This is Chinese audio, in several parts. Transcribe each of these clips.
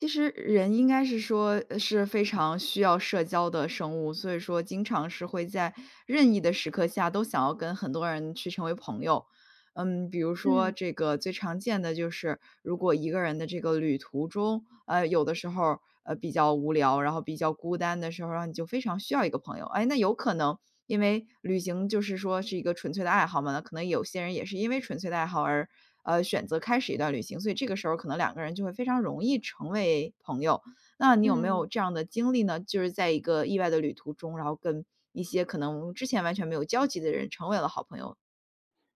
其实人应该是说是非常需要社交的生物，所以说经常是会在任意的时刻下都想要跟很多人去成为朋友。嗯，比如说嗯这个最常见的就是，如果一个人的这个旅途中，有的时候，比较无聊，然后比较孤单的时候，然后你就非常需要一个朋友。哎，那有可能因为旅行就是说是一个纯粹的爱好嘛，那可能有些人也是因为纯粹的爱好而，选择开始一段旅行，所以这个时候可能两个人就会非常容易成为朋友。那你有没有嗯这样的经历呢？就是在一个意外的旅途中，然后跟一些可能之前完全没有交集的人成为了好朋友，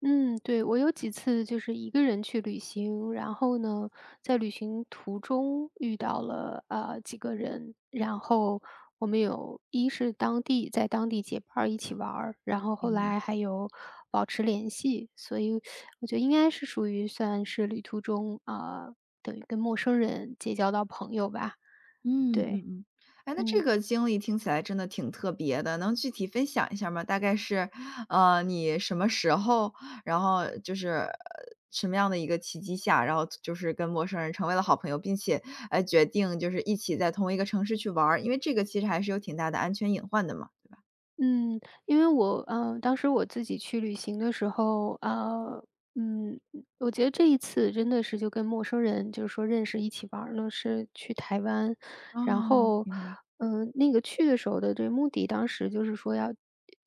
嗯，对，我有几次就是一个人去旅行，然后呢，在旅行途中遇到了几个人，然后我们有一是当地在当地结伴儿一起玩儿，然后后来还有保持联系。所以我觉得应该是属于算是旅途中啊，等于跟陌生人结交到朋友吧。嗯嗯对，嗯。哎，那这嗯。个经历听起来真的挺特别的，能具体分享一下吗？大概是，你什么时候，然后就是，什么样的一个契机下，然后就是跟陌生人成为了好朋友，并且，哎，决定就是一起在同一个城市去玩儿，因为这个其实还是有挺大的安全隐患的嘛，对吧？嗯，因为我当时我自己去旅行的时候，嗯，我觉得这一次真的是就跟陌生人，就是说认识一起玩儿呢，是去台湾。啊，然后，明白。那个去的时候的这目的，当时就是说要，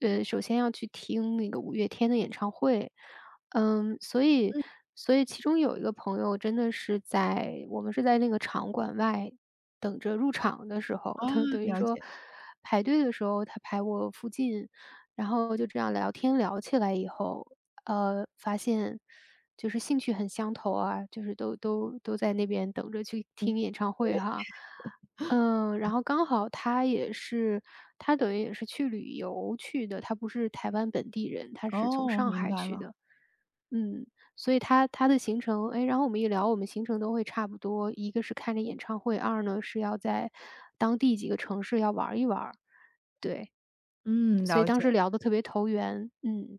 首先要去听那个五月天的演唱会。嗯，所以，所以其中有一个朋友真的是在我们是在那个场馆外等着入场的时候，啊，他等于了说解，排队的时候，他排我附近，然后就这样聊天聊起来以后，发现就是兴趣很相投啊，就是都在那边等着去听演唱会哈。嗯，然后刚好他等于也是去旅游去的，他不是台湾本地人，他是从哦，上明海白去了，的。嗯，所以他的行程，哎，然后我们一聊，我们行程都会差不多，一个是看着演唱会，二呢是要在当地几个城市要玩儿一玩儿。对，嗯，所以了当时解。聊得特别投缘，嗯。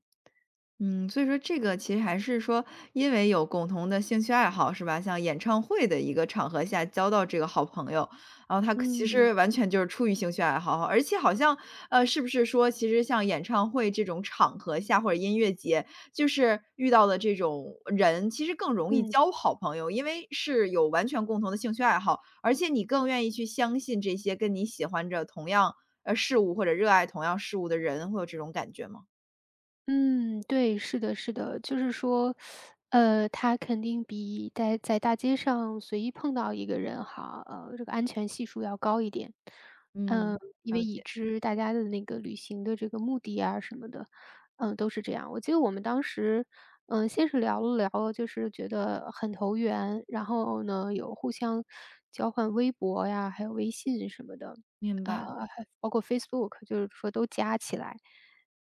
嗯，所以说这个其实还是说，因为有共同的兴趣爱好是吧？像演唱会的一个场合下交到这个好朋友，然后他其嗯。实完全就是出于兴趣爱好，而且好像是不是说其实像演唱会这种场合下或者音乐节，就是遇到的这种人，其实更容易嗯。交好朋友，因为是有完全共同的兴趣爱好，而且你更愿意去相信这些跟你喜欢着同样事物或者热爱同样事物的人，会有这种感觉吗？嗯，对，是的，是的。就是说，他肯定比在大街上随意碰到一个人哈，这个安全系数要高一点。嗯，嗯。因为了已解。知大家的那个旅行的这个目的啊什么的，嗯，都是这样。我记得我们当时，嗯，先是聊了聊，就是觉得很投缘，然后呢，有互相交换微博呀，还有微信什么的，明白，还包括 Facebook,就是说都加起来。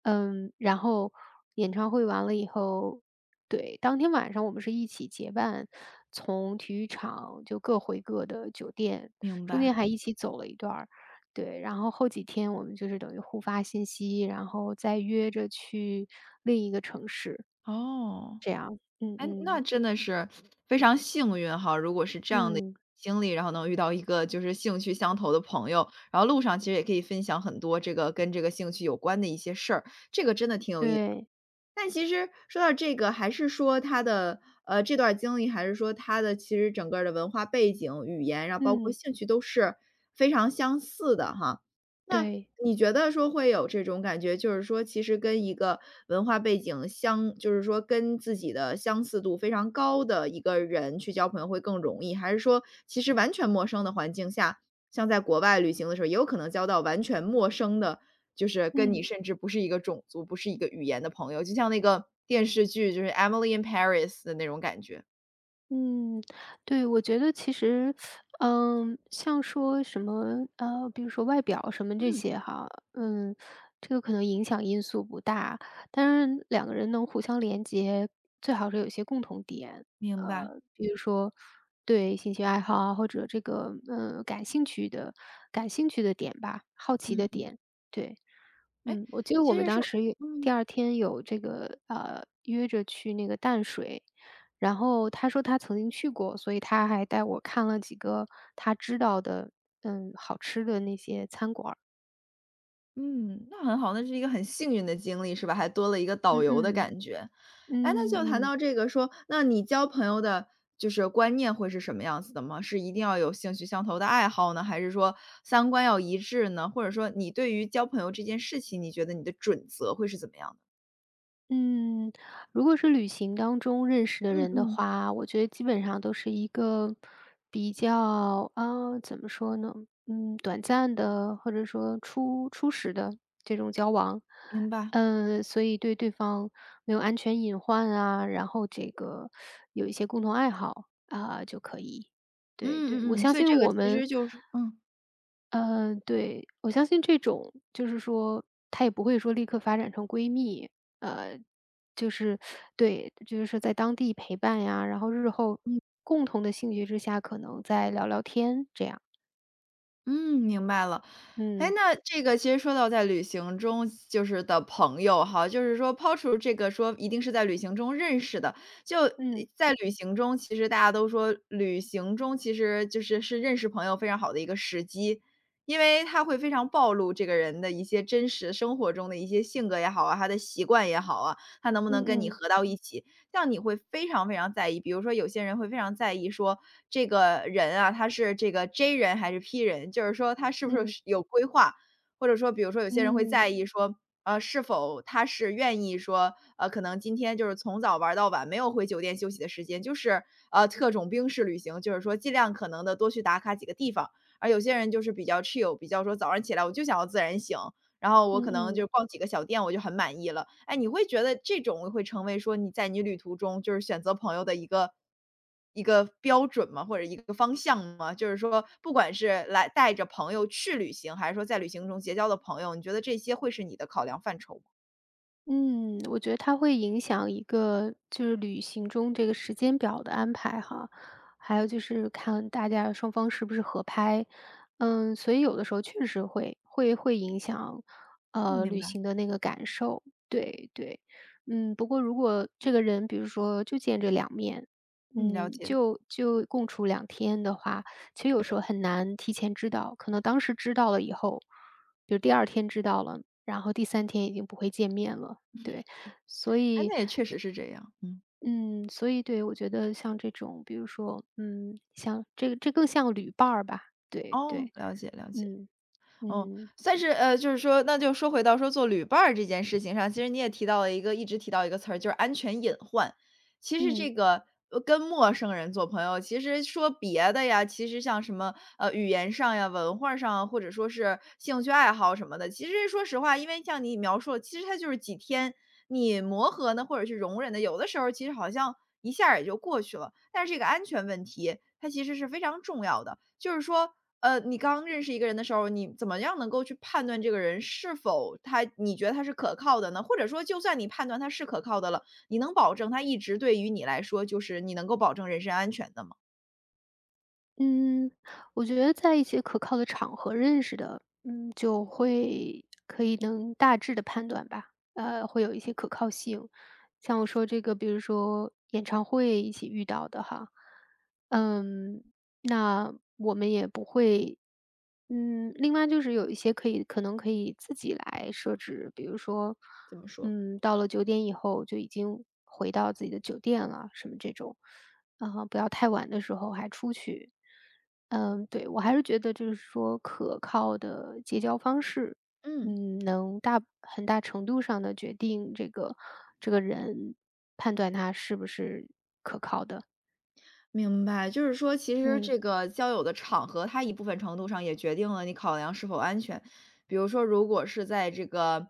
嗯，然后演唱会完了以后，对，当天晚上我们是一起结伴从体育场就各回各的酒店，明中白。间还一起走了一段儿。对，然后后几天我们就是等于互发信息，然后再约着去另一个城市，哦，这样。嗯哎，那嗯真的是非常幸运哈，如果是这样的嗯，经历，然后能遇到一个就是兴趣相投的朋友，然后路上其实也可以分享很多这个跟这个兴趣有关的一些事儿，这个有意思。对，但其实说到这个，还是说他的这段经历，还是说他的其实整个儿的文化背景、语言，然后包括嗯兴趣都是非常相似的哈。那对，你觉得说会有这种感觉，就是说其实跟一个文化背景就是说跟自己的相似度非常高的一个人去交朋友会更容易，还是说其实完全陌生的环境下，像在国外旅行的时候，也有可能交到完全陌生的就是跟你嗯。甚至不是一个种族、不是一个语言的朋友，就像那个电视剧就是《Emily in Paris》的那种感觉。嗯，对，我觉得其实，嗯，像说什么，比如说外表什么这嗯，些哈，嗯，这个可能影响因素不大，但是两个人能互相连接，最好是有一些共同点，明白。比如说对兴趣爱好啊，或者这个，感兴趣的点吧，好奇的嗯嗯，点，对。哎，嗯，我记得我其们实当说，时有第嗯二天有这个，约着去那个淡水，然后他说他曾经去过，所以他还带我看了几个他知道的，嗯，好吃的那些餐馆儿。嗯，那很好，那是一个很幸运的经历，是吧？还多了一个导嗯游的嗯，感觉。哎，那就谈嗯嗯。到这个说，那你交朋友的就是观念会是什么样子的吗？是一定要有兴趣相投的爱好呢，还是说三观要一致呢？或者说你对于交朋友这件事情，你觉得你的准则会是怎么样的？嗯，如果是旅行当中认识的嗯人的嗯，话，我觉得基本上都是一个比较啊，怎么说呢？短暂的或者说初始的这种交往。明白。嗯，所以对对方没有安全隐患啊，然后这个有一些共同爱好啊，就可以。对对，我嗯嗯嗯，相所以这信个我其们实就是嗯嗯，对，我相信这种就是说，她也不会说立刻发展成闺蜜，呃，就是对，就是在当地陪伴呀，然后日后共同的兴趣之下，可能再聊聊天这样。嗯，明白了。哎，嗯，那这个其实说到在旅行中就是的朋友哈，就是说抛除这个说一定是在旅行中认识的，就嗯，在旅行中，其实大家都说旅行中其实就是是认识朋友非常好的一个时机，因为他会非常暴露这个人的一些真实生活中的一些性格也好啊，他的习惯也好啊，他能不能嗯跟你嗯，合到一起。像你会非常非常在意，比如说有些人会非常在意说这个人啊，他是这个 J 人还是 P 人，就是说他是不嗯，是有规划，或者说比如说有些人会嗯，在意说，是否他是愿意说，可能今天就是从早玩到晚，没有回酒店休息的时间，就是特种兵式旅行，就是说尽量可能的多去打卡几个地方。而有些人就是比较 chill，比较说早上起来我就想要自然醒，然后嗯我可能嗯嗯。就逛几个小店，我就很满意了。哎，你会觉得这种会成为说你在你旅途中就是选择朋友的一个标准吗？或者一个方向吗？就是说不管是来带着朋友去旅行，还是说在旅行中结交的朋友，你觉得这些会是你的考量范畴吗？嗯，我觉得它会影响一个就是旅行中这个时间表的安排哈，还有就是看大家双方是不是合拍。嗯，所以有的时候确实会影响，嗯，明旅白，行的那个感受。对对，不过如果这个人比如说就见这两面，嗯，了解。就共处两天的话，其实有时候很难提前知道，可能当时知道了以后，比如第二天知道了，然后第三天已经不会见面了。对，所哎，以，那也确实是这样，嗯。嗯，所以对，我觉得像这种，比如说，嗯，像这个这更像旅伴儿吧，对哦，对，了解了解。嗯嗯，嗯算是就是说那就说回到说做旅伴儿这件事情上，其实你也提到了一直提到一个词儿，就是安全隐患。其实嗯。这个，跟陌生人做朋友，其实说别的呀，其实像什么，语言上呀、文化上啊或者说是兴趣爱好什么的，其实说实话，因为像你描述的，其实它就是几天你磨合呢，或者是容忍的，有的时候其实好像一下儿也就过去了。但是这个安全问题，它其实是非常重要的，就是说你刚认识一个人的时候，你怎么样能够去判断这个人是否他你觉得他是可靠的呢？或者说就算你判断他是可靠的了，你能保证他一直对于你来说，就是你能够保证人身安全的吗？嗯，我觉得在一些可靠的场合认识的，嗯，就会可以能大致的判断吧，会有一些可靠性。像我说这个，比如说演唱会一起遇到的哈，嗯，那我们也不会，另外就是有一些可以可能可以自己来设置，比如说，怎么说。到了9点以后就已经回到自己的酒店了，什么这种。啊，不要太晚的时候还出去。嗯，对，我还是觉得就是说可靠的结交方式，嗯。嗯，能大很大程度上的决定这个这个人判断他是不是可靠的。明白，就是说其实嗯这个交友的场合，它一部分程度上也决定了你考量是否安全。比如说，如果是在这个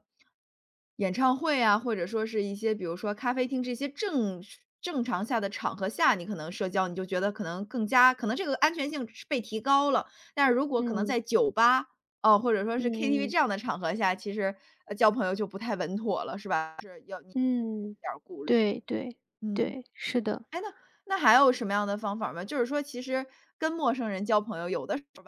演唱会啊，或者说是一些比如说咖啡厅这些正常下的场合下，你可能社交，你就觉得可能更加可能这个安全性是被提高了。但是如果可能嗯在酒吧，哦，或者说是 嗯 KTV 嗯这样的场合下，其实，交朋友就不太稳妥了，是吧？是有嗯，点儿顾虑。对对嗯嗯。对，是的，哎，那还有什么样的方法吗？就是说其实跟陌生人交朋友，有的时候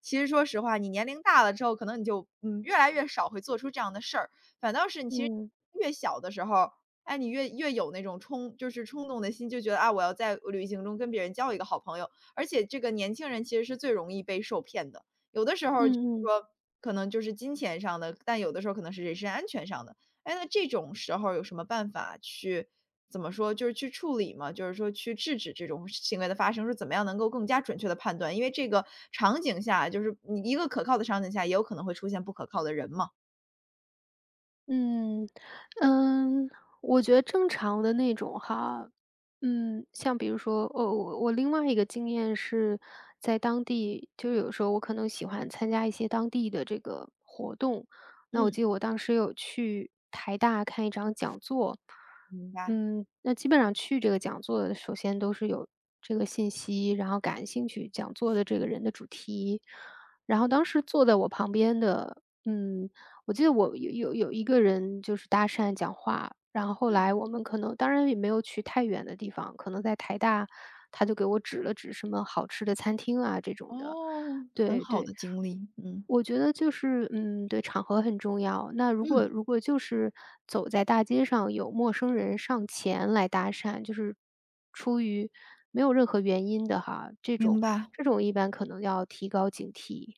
其实说实话，你年龄大了之后，可能你就，嗯，越来越少会做出这样的事儿。反倒是你其实嗯越小的时候，哎，你越有那种就是冲动的心，就觉得，啊，我要在旅行中跟别人交一个好朋友。而且这个年轻人其实是最容易被受骗的，有的时候就是嗯嗯。说可能就是金钱上的，但有的时候可能是人身安全上的。哎，那这种时候有什么办法去怎么说，就是去处理嘛，就是说去制止这种行为的发生，说怎么样能够更加准确的判断，因为这个场景下，就是你一个可靠的场景下，也有可能会出现不可靠的人嘛。嗯，嗯，我觉得正常的那种哈，像比如说，我另外一个经验是在当地，就是有时候我可能喜欢参加一些当地的这个活动。那我嗯，记得我当时有去台大看一场讲座。明白。那基本上去这个讲座的，首先都是有这个信息，然后感兴趣讲座的这个人的主题，然后当时坐在我旁边的，我记得我有一个人就是搭讪讲话，然后后嗯。来我们可能当然也没有去太远的地方，可能在台大，他就给我指了指什么好吃的餐厅啊这种的。哦，很对好对，的经历，嗯，我觉得就是，对，场合很重要。那如嗯。果如果就是走在大街上有陌生人上前来搭讪，就是出于没有任何原因的哈，这明种白。这种一般可能要提高警惕。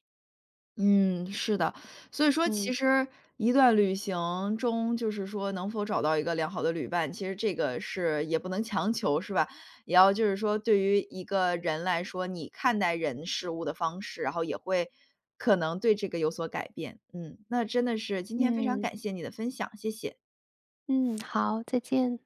嗯，是的。所以说其嗯实一段旅行中，就是说能否找到一个良好的旅伴，其实这个是也不能强求，是吧？也要就是说对于一个人来说，你看待人事物的方式，然后也会可能对这个有所改变。嗯，那真的是今天非常嗯感谢你的分享，谢谢。嗯，好，再见。